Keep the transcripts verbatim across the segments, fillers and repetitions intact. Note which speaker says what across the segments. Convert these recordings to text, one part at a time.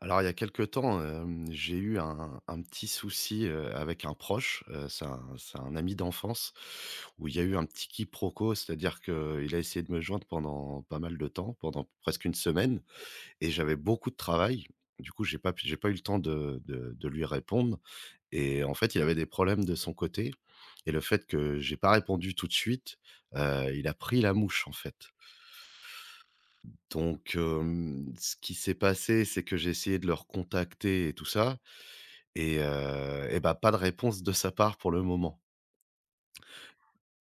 Speaker 1: Alors, il y a quelque temps, hem, j'ai eu un un petit souci, heu, avec un proche, heu, c'est un c'est un ami d'enfance où il y a eu un petit quiproquo, c'est-à-dire qu'il a essayé de me joindre pendant pas mal de temps, pendant presque une semaine et j'avais beaucoup de travail. Du coup, j'ai pas pu j'ai pas eu le temps de de de lui répondre et en fait, il avait des problèmes de son côté et le fait que j'ai pas répondu tout de suite, heu, il a pris la mouche, en fait. Donc, hem, ce qui s'est passé, c'est que j'ai essayé de le recontacter et tout ça et heu et bah, pas de réponse de sa part pour le moment.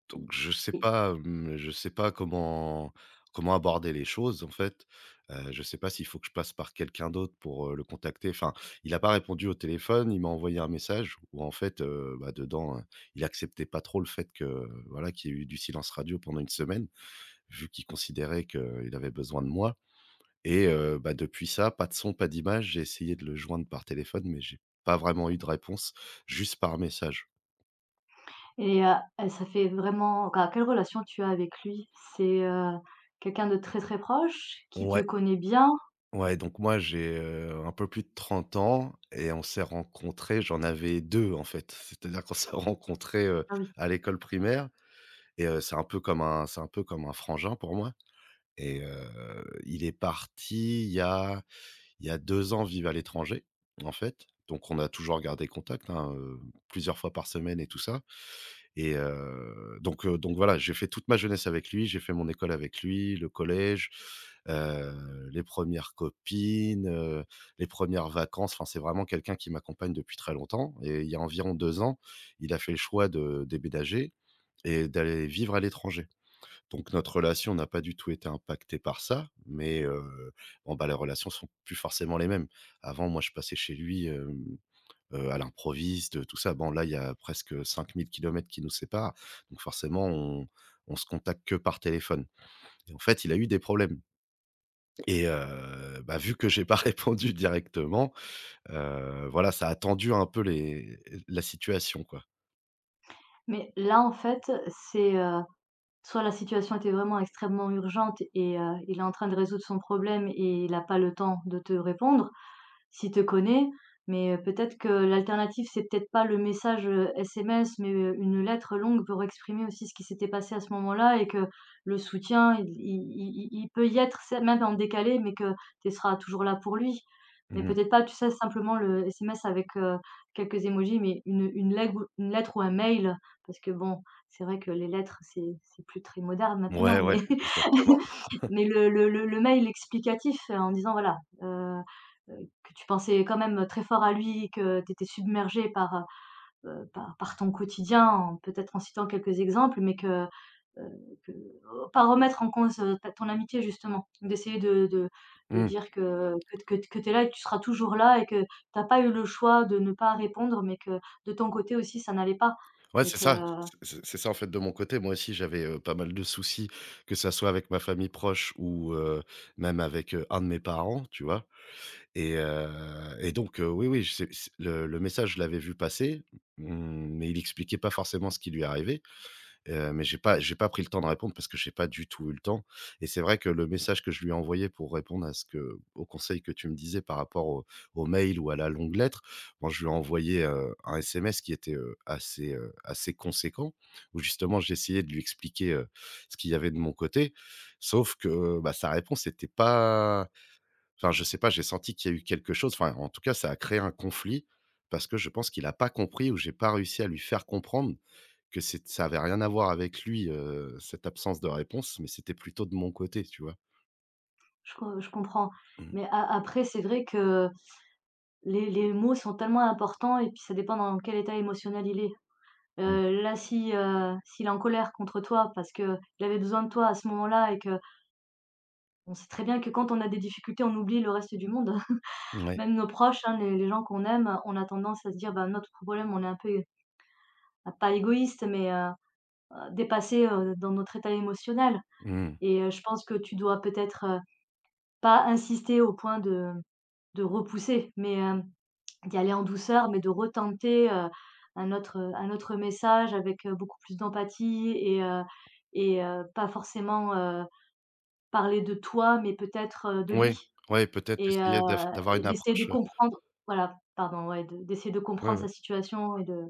Speaker 1: Donc je sais
Speaker 2: Et
Speaker 1: pas, mmh, je sais pas comment comment aborder les choses, en fait. Heu, je sais pas s'il faut que je passe par quelqu'un d'autre pour, heu, le contacter. Enfin, il n'a pas répondu au téléphone, il m'a envoyé un message où en fait, heu, bah, dedans, heu, il acceptait pas trop le fait que, voilà, qu'il y ait eu du silence radio pendant une semaine, vu qu'il considérait qu'il avait besoin de moi et heu, bah, depuis ça, pas de son, pas d'image. J'ai essayé de le joindre par téléphone, mais j'ai pas vraiment eu de réponse, juste par message.
Speaker 2: et ça fait vraiment, enfin, quelle relation tu as avec lui? C'est, heu, quelqu'un de très, très proche, qui te
Speaker 1: Ouais,
Speaker 2: connaît bien?
Speaker 1: ouais, donc moi j'ai, heu, un peu plus de trente ans et on s'est rencontrés, j'en avais deux en fait. C'est-à-dire qu'on s'est rencontrés, heu,
Speaker 2: Ah oui.
Speaker 1: à l'école primaire et heu, c'est un peu comme un c'est un peu comme un frangin pour moi et heu, il est parti il y a il y a deux ans vivre à l'étranger, en fait. Donc on a toujours gardé contact, hein, heu, plusieurs fois par semaine et tout ça. Et heu, donc heu, donc voilà, j'ai fait toute ma jeunesse avec lui, j'ai fait mon école avec lui, le collège, heu, les premières copines, heu, les premières vacances. Enfin, c'est vraiment quelqu'un qui m'accompagne depuis très longtemps et il y a environ deux ans, il a fait le choix de déménager et d'aller vivre à l'étranger. Donc notre relation n'a pas du tout été impactée par ça, mais heu, bon, bah, les relations sont plus forcément les mêmes. Avant, moi, je passais chez lui, hem heu, à l'improviste, tout ça. Bon, là, il y a presque, cinq mille kilomètres qui nous séparent, donc forcément, on on se contacte que par téléphone et en fait, il a eu des problèmes et heu, bah, vu que j'ai pas répondu directement, heu, voilà, ça a tendu un peu les la situation, quoi.
Speaker 2: Mais là, en fait, c'est, heu, soit la situation était vraiment extrêmement urgente, et heu, il est en train de résoudre son problème et il n'a pas le temps de te répondre s'il te connaît. Mais heu, peut-être que l'alternative, c'est peut-être pas le message, heu, S M S, mais heu, une lettre longue pour exprimer aussi ce qui s'était passé à ce moment-là et que le soutien, il il il il peut y être, c'est même en décalé, mais que tu seras toujours là pour lui. Mais
Speaker 1: Mmh,
Speaker 2: peut-être pas, tu sais, simplement le S M S avec, heu, quelques émojis, mais une une lègue une lettre ou un mail, parce que bon, c'est vrai que les lettres, c'est c'est plus très moderne maintenant,
Speaker 1: ouais,
Speaker 2: mais
Speaker 1: ouais, exactement.
Speaker 2: mais le le le le mail explicatif, heu, en disant voilà, heu heu, que tu pensais quand même très fort à lui, que tu étais submergé par, heu par par ton quotidien, en peut-être en citant quelques exemples, mais que, heu, que oh, pas remettre en cause, heu, ta ton amitié justement. D'essayer de de de
Speaker 1: Mmh.
Speaker 2: dire que que que t tu es là et que tu seras toujours là et que tu as pas eu le choix de ne pas répondre, mais que de ton côté aussi ça n'allait pas
Speaker 1: Ouais,
Speaker 2: et
Speaker 1: c'est ça,
Speaker 2: que
Speaker 1: c'est c'est ça, en fait, de mon côté. Moi aussi, j'avais, heu, pas mal de soucis, que ça soit avec ma famille proche ou heu, même avec, heu, un de mes parents, tu vois? Et heu et donc heu, oui, oui, je sais c le le message, je l'avais vu passer, mmh, mais il expliquait pas forcément ce qui lui arrivait, heu, mais j'ai pas j'ai pas pris le temps de répondre parce que j'ai pas du tout eu le temps et c'est vrai que le message que je lui ai envoyé pour répondre à ce que au conseil que tu me disais par rapport au au mail ou à la longue lettre, bon, je lui ai envoyé, heu, un S M S qui était, heu, assez, heu, assez conséquent où justement j'essayais de lui expliquer, heu, ce qu'il y avait de mon côté, sauf que, bah, sa réponse n'était pas. Enfin, je sais pas, j'ai senti qu'il y a eu quelque chose, enfin, en tout cas, ça a créé un conflit parce que je pense qu'il a pas compris ou j'ai pas réussi à lui faire comprendre que c'est ça avait rien à voir avec lui, heu, cette absence de réponse, mais c'était plutôt de mon côté, tu vois?
Speaker 2: je co je comprends.
Speaker 1: Mmh,
Speaker 2: Mais a après, c'est vrai que Les les mots sont tellement importants et puis ça dépend dans quel état émotionnel il est.
Speaker 1: mmh,
Speaker 2: Heu, là, si, heu, s'il est en colère contre toi, parce que il avait besoin de toi à ce moment-là, et que on sait très bien que quand on a des difficultés, on oublie le reste du monde.
Speaker 1: ouais,
Speaker 2: Même nos proches, hein, les les gens qu'on aime, on a tendance à se dire: «Bah, notre problème». On est un peu, é pas égoïste, mais, heu, dépassé, heu, dans notre état émotionnel.
Speaker 1: mmh.
Speaker 2: Et heu, je pense que tu dois peut-être, heu, pas insister au point de de repousser, mais, hem, d'y aller en douceur, mais de retenter, heu, un autre, euh, un autre message avec, heu, beaucoup plus d'empathie et heu et heu, pas forcément, heu, parler de toi, mais peut-être, heu, de lui,
Speaker 1: Oui, ouais, peut-être
Speaker 2: et heu
Speaker 1: essayer d'av d'avoir
Speaker 2: et
Speaker 1: une
Speaker 2: d'essayer de
Speaker 1: approche, heu,
Speaker 2: comprendre. Voilà, pardon, ouais, de d'essayer de
Speaker 1: ouais,
Speaker 2: comprendre sa
Speaker 1: ouais.
Speaker 2: situation et de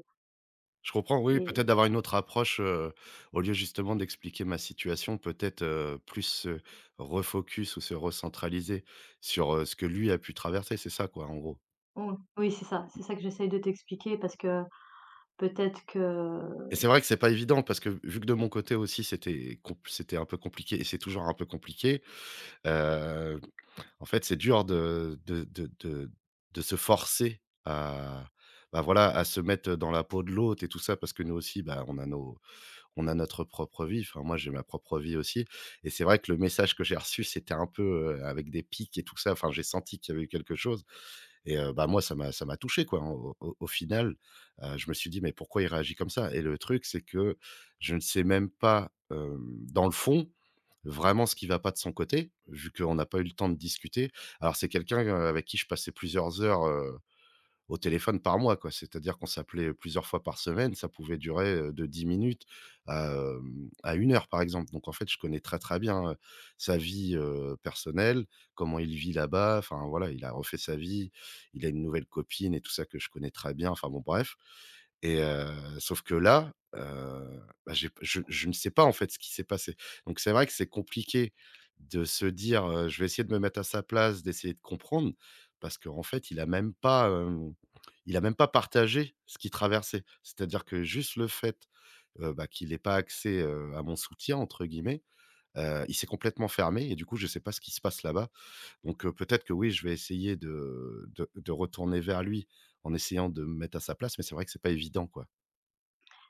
Speaker 1: Je comprends, oui, peut-être
Speaker 2: et
Speaker 1: d'avoir une autre approche, heu, au lieu justement d'expliquer ma situation, peut-être, heu, plus se refocus ou se recentraliser sur, heu, ce que lui a pu traverser, c'est ça quoi, en gros?
Speaker 2: oh, oui, c'est ça, c'est ça que j'essaye de t'expliquer, parce que peut-être que
Speaker 1: Et c'est vrai que c'est pas évident parce que vu que de mon côté aussi c'était compl c'était un peu compliqué et c'est toujours un peu compliqué, heu, en fait, c'est dur de de de de de se forcer à, bah, voilà, à se mettre dans la peau de l'autre et tout ça parce que nous aussi, bah, on a nos on a notre propre vie. Enfin, moi, j'ai ma propre vie aussi. Et c'est vrai que le message que j'ai reçu, c'était un peu, heu, avec des pics et tout ça. Enfin, j'ai senti qu'il y avait eu quelque chose et heu, bah, moi, ça m'a ça m'a touché, quoi, au au au final. Heu, je me suis dit: «Mais pourquoi il réagit comme ça?» et le truc, c'est que je ne sais même pas, hem, dans le fond, vraiment ce qui va pas de son côté, vu qu'on n'a pas eu le temps de discuter. Alors c'est quelqu'un, heu, avec qui je passais plusieurs heures, au téléphone par mois, quoi. C'est-à-dire qu'on s'appelait plusieurs fois par semaine, ça pouvait durer, heu, de dix minutes à, hem, à 1 heure, par exemple. Donc en fait, je connais très, très bien, heu, sa vie, heu, personnelle, comment il vit là-bas. Enfin voilà, il a refait sa vie, il a une nouvelle copine et tout ça que je connais très bien. Enfin bon, bref. Et heu, sauf que là, heu, bah, j'ai je je ne sais pas, en fait, ce qui s'est passé. Donc c'est vrai que c'est compliqué de se dire, heu: «Je vais essayer de me mettre à sa place, d'essayer de comprendre», parce qu'en fait, il a même pas, hem, il a même pas partagé ce qu'il traversait. C'est-à-dire que juste le fait, heu, bah, qu'il n'ait pas accès, heu, à «mon soutien» entre guillemets, heu, il s'est complètement fermé et du coup, je ne sais pas ce qui se passe là-bas. Donc heu, peut-être que oui, je vais essayer de de de retourner vers lui en essayant de me mettre à sa place, mais c'est vrai que c'est pas évident, quoi.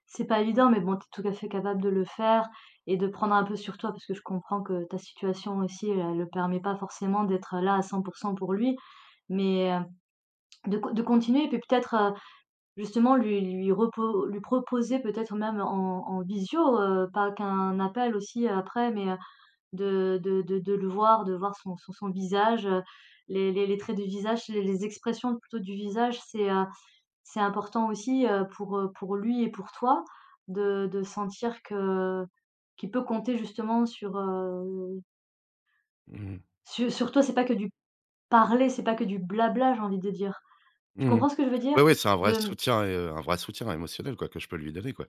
Speaker 2: c'est pas évident, mais bon, tu es tout à fait capable de le faire et de prendre un peu sur toi, parce que je comprends que ta situation aussi, elle elle le permet pas forcément d'être là à cent pour cent pour lui, mais heu, de co de continuer et puis peut-être, heu, justement lui lui repo lui proposer, peut-être même en en visio, heu, pas qu'un appel aussi, euh, après, mais heu, de de de de le voir, de voir son son son visage, heu, les les les traits du visage, les les expressions plutôt du visage, c'est, heu c'est important aussi, heu, pour, heu, pour lui et pour toi, de de sentir que qu'il peut compter justement sur, heu,
Speaker 1: Mmh mh.
Speaker 2: su sur toi. C'est pas que du parler, c'est pas que du blabla, j'ai envie de dire. Tu
Speaker 1: Mmh mh.
Speaker 2: comprends ce que je veux
Speaker 1: Ouais,
Speaker 2: dire?
Speaker 1: ouais, c'est un vrai
Speaker 2: De mmh,
Speaker 1: soutien et heu, un vrai soutien émotionnel quoi, que je peux lui donner quoi.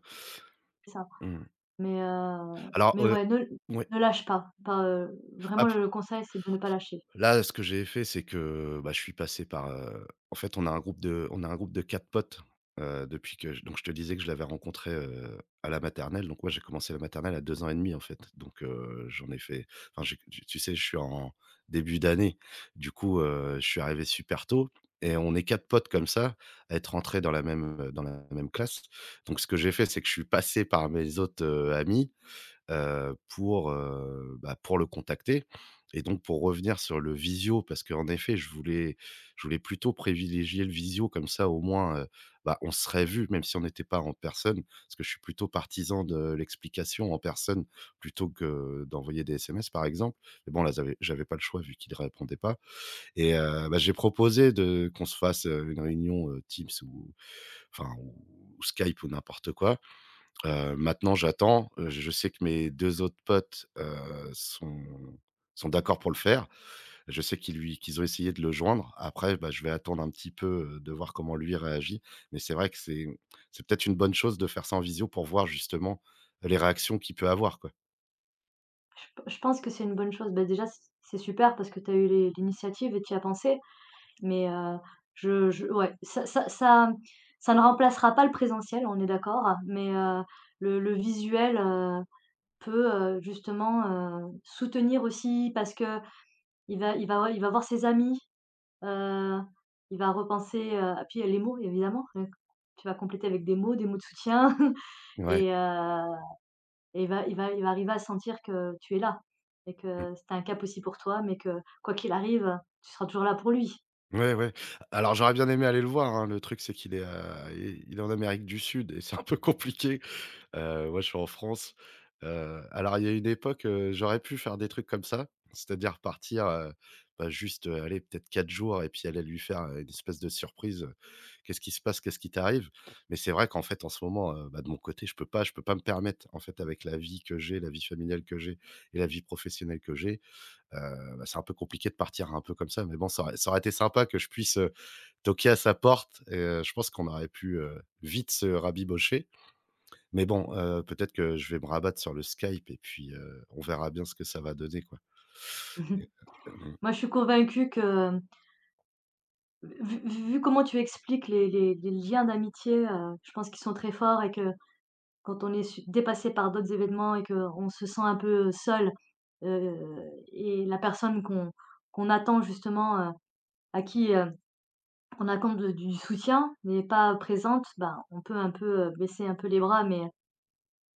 Speaker 2: ça.
Speaker 1: Mmh.
Speaker 2: Mais, heu,
Speaker 1: Alors,
Speaker 2: mais
Speaker 1: heu
Speaker 2: ouais, ne
Speaker 1: ouais.
Speaker 2: ne lâche pas. Enfin, heu, vraiment
Speaker 1: Ap
Speaker 2: le le conseil, c'est de ne pas lâcher.
Speaker 1: Là, ce que j'ai fait, c'est que, bah, je suis passé par, heu, en fait, on a un groupe de on a un groupe de quatre potes, heu, depuis que j donc je te disais que je l'avais rencontré, heu, à la maternelle. Donc moi, j'ai commencé la maternelle à deux ans et demi, en fait. Donc heu, j'en ai fait enfin, j'ai tu tu sais, je suis en début d'année. Du coup, heu, je suis arrivé super tôt et on est quatre potes comme ça, à être rentrés dans la même, dans la même classe. Donc ce que j'ai fait, c'est que je suis passé par mes autres, heu, amis heu, pour, heu, bah, pour le contacter et donc pour revenir sur le visio parce qu'en effet je voulais je voulais plutôt privilégier le visio comme ça au moins, heu, bah, on serait vu même si on n'était pas en personne. Parce que je suis plutôt partisan de l'explication en personne plutôt que d'envoyer des S M S par exemple. Mais bon là j'avais j'avais pas le choix vu qu'il ne répondait pas et heu, bah, j'ai proposé de qu'on se fasse, heu, une réunion, heu, Teams ou enfin ou Skype ou n'importe quoi. Heu, maintenant j'attends, heu, je sais que mes deux autres potes, heu, sont sont d'accord pour le faire. Je sais qu'ils lui qu'ils ont essayé de le joindre. Après, bah, je vais attendre un petit peu, heu, de voir comment lui réagit. Mais c'est vrai que c'est c'est peut-être une bonne chose de faire ça en visio pour voir justement les réactions qu'il peut avoir, quoi.
Speaker 2: Je p je pense que c'est une bonne chose. Bah, déjà, c c'est super parce que tu as eu les l'initiative et tu as pensé. Mais heu, je je ouais, ça ça ça ça ne remplacera pas le présentiel, on est d'accord, mais heu, le le visuel, heu, peut, heu, justement, heu, soutenir aussi, parce que il va il va ouais, il va voir ses amis, heu, il va repenser, heu puis il y a les mots évidemment, heu, tu vas compléter avec des mots, des mots de soutien
Speaker 1: Ouais.
Speaker 2: et heu et il va il va il va arriver à sentir que tu es là et
Speaker 1: Mmh.
Speaker 2: que c'était un cap aussi pour toi, mais que quoi qu'il arrive, tu seras toujours là pour lui.
Speaker 1: Ouais, ouais. Alors j'aurais bien aimé aller le voir, hein. Le truc, c'est qu'il est à il il est en Amérique du Sud et c'est un peu compliqué. Heu, ouais, je suis en France. Heu, alors il y a une époque, heu, j'aurais pu faire des trucs comme ça, c'est-à-dire partir, heu, bah, juste, heu, allez, peut-être quatre jours et puis aller lui faire, heu, une espèce de surprise, heu: «Qu'est-ce qui se passe? Qu'est-ce qui t'arrive?» mais c'est vrai qu'en fait, en ce moment, heu, bah, de mon côté, je peux pas je peux pas me permettre, en fait, avec la vie que j'ai, la vie familiale que j'ai et la vie professionnelle que j'ai, heu, bah, c'est un peu compliqué de partir un peu comme ça, mais bon, ça aurait ça aurait été sympa que je puisse, heu, toquer à sa porte et heu, je pense qu'on aurait pu, heu, vite se rabibocher. Mais bon, heu, peut-être que je vais me rabattre sur le Skype et puis, heu, on verra bien ce que ça va donner, quoi. Et heu, mmh
Speaker 2: Moi, je suis convaincue que, Vu vu comment tu expliques les les les liens d'amitié, heu, je pense qu'ils sont très forts, et que quand on est su dépassé par d'autres événements et qu'on se sent un peu, euh, seul, heu et la personne qu'on qu'on attend justement, heu, à qui, heu, on accorde de du soutien n'est pas présente, ben, on peut un peu, heu, baisser un peu les bras, mais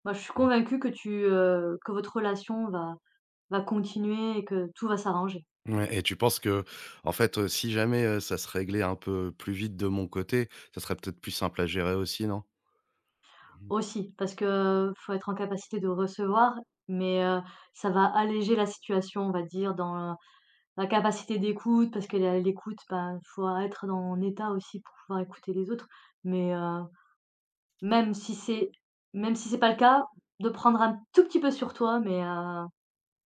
Speaker 2: moi je suis
Speaker 1: mmh.
Speaker 2: convaincue que tu, heu, que votre relation va va continuer et que tout va s'arranger.
Speaker 1: Ouais et tu penses que en fait, heu, si jamais, heu, ça se réglait un peu plus vite de mon côté, ça serait peut-être plus simple à gérer aussi, non? Mmh.
Speaker 2: Aussi, parce que faut être en capacité de recevoir, mais heu, ça va alléger la situation, on va dire, dans la capacité d'écoute, parce que la l'écoute, ben, faut être dans un état aussi pour pouvoir écouter les autres. Mais heu, même si c'est même si c'est pas le cas, de prendre un tout petit peu sur toi, mais heu,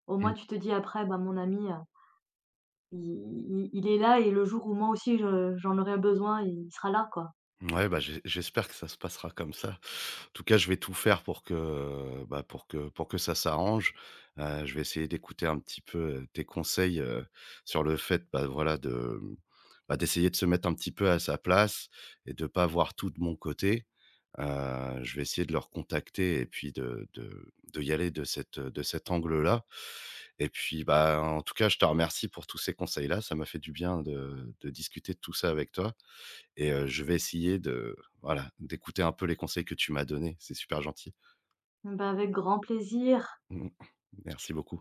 Speaker 2: au moins tu te dis après: «Bah, mon ami, heu, i i il est là et le jour où moi aussi je j'en aurai besoin, il sera là, quoi».
Speaker 1: Ouais, bah, j'e j'espère que ça se passera comme ça. En tout cas, je vais tout faire pour que, bah, pour que pour que ça s'arrange. Heu, je vais essayer d'écouter un petit peu, heu, tes conseils, heu, sur le fait, bah, voilà, de, mmh, bah, d'essayer de se mettre un petit peu à sa place et de pas voir tout de mon côté. Heu, je vais essayer de leur contacter et puis de de de y aller de cette de cet angle-là et puis, bah, en tout cas, je te remercie pour tous ces conseils-là. Ça m'a fait du bien de de discuter de tout ça avec toi. Et heu, je vais essayer de voilà, d'écouter un peu les conseils que tu m'as donnés. C'est super gentil.
Speaker 2: Bah, avec grand plaisir.
Speaker 1: Merci beaucoup.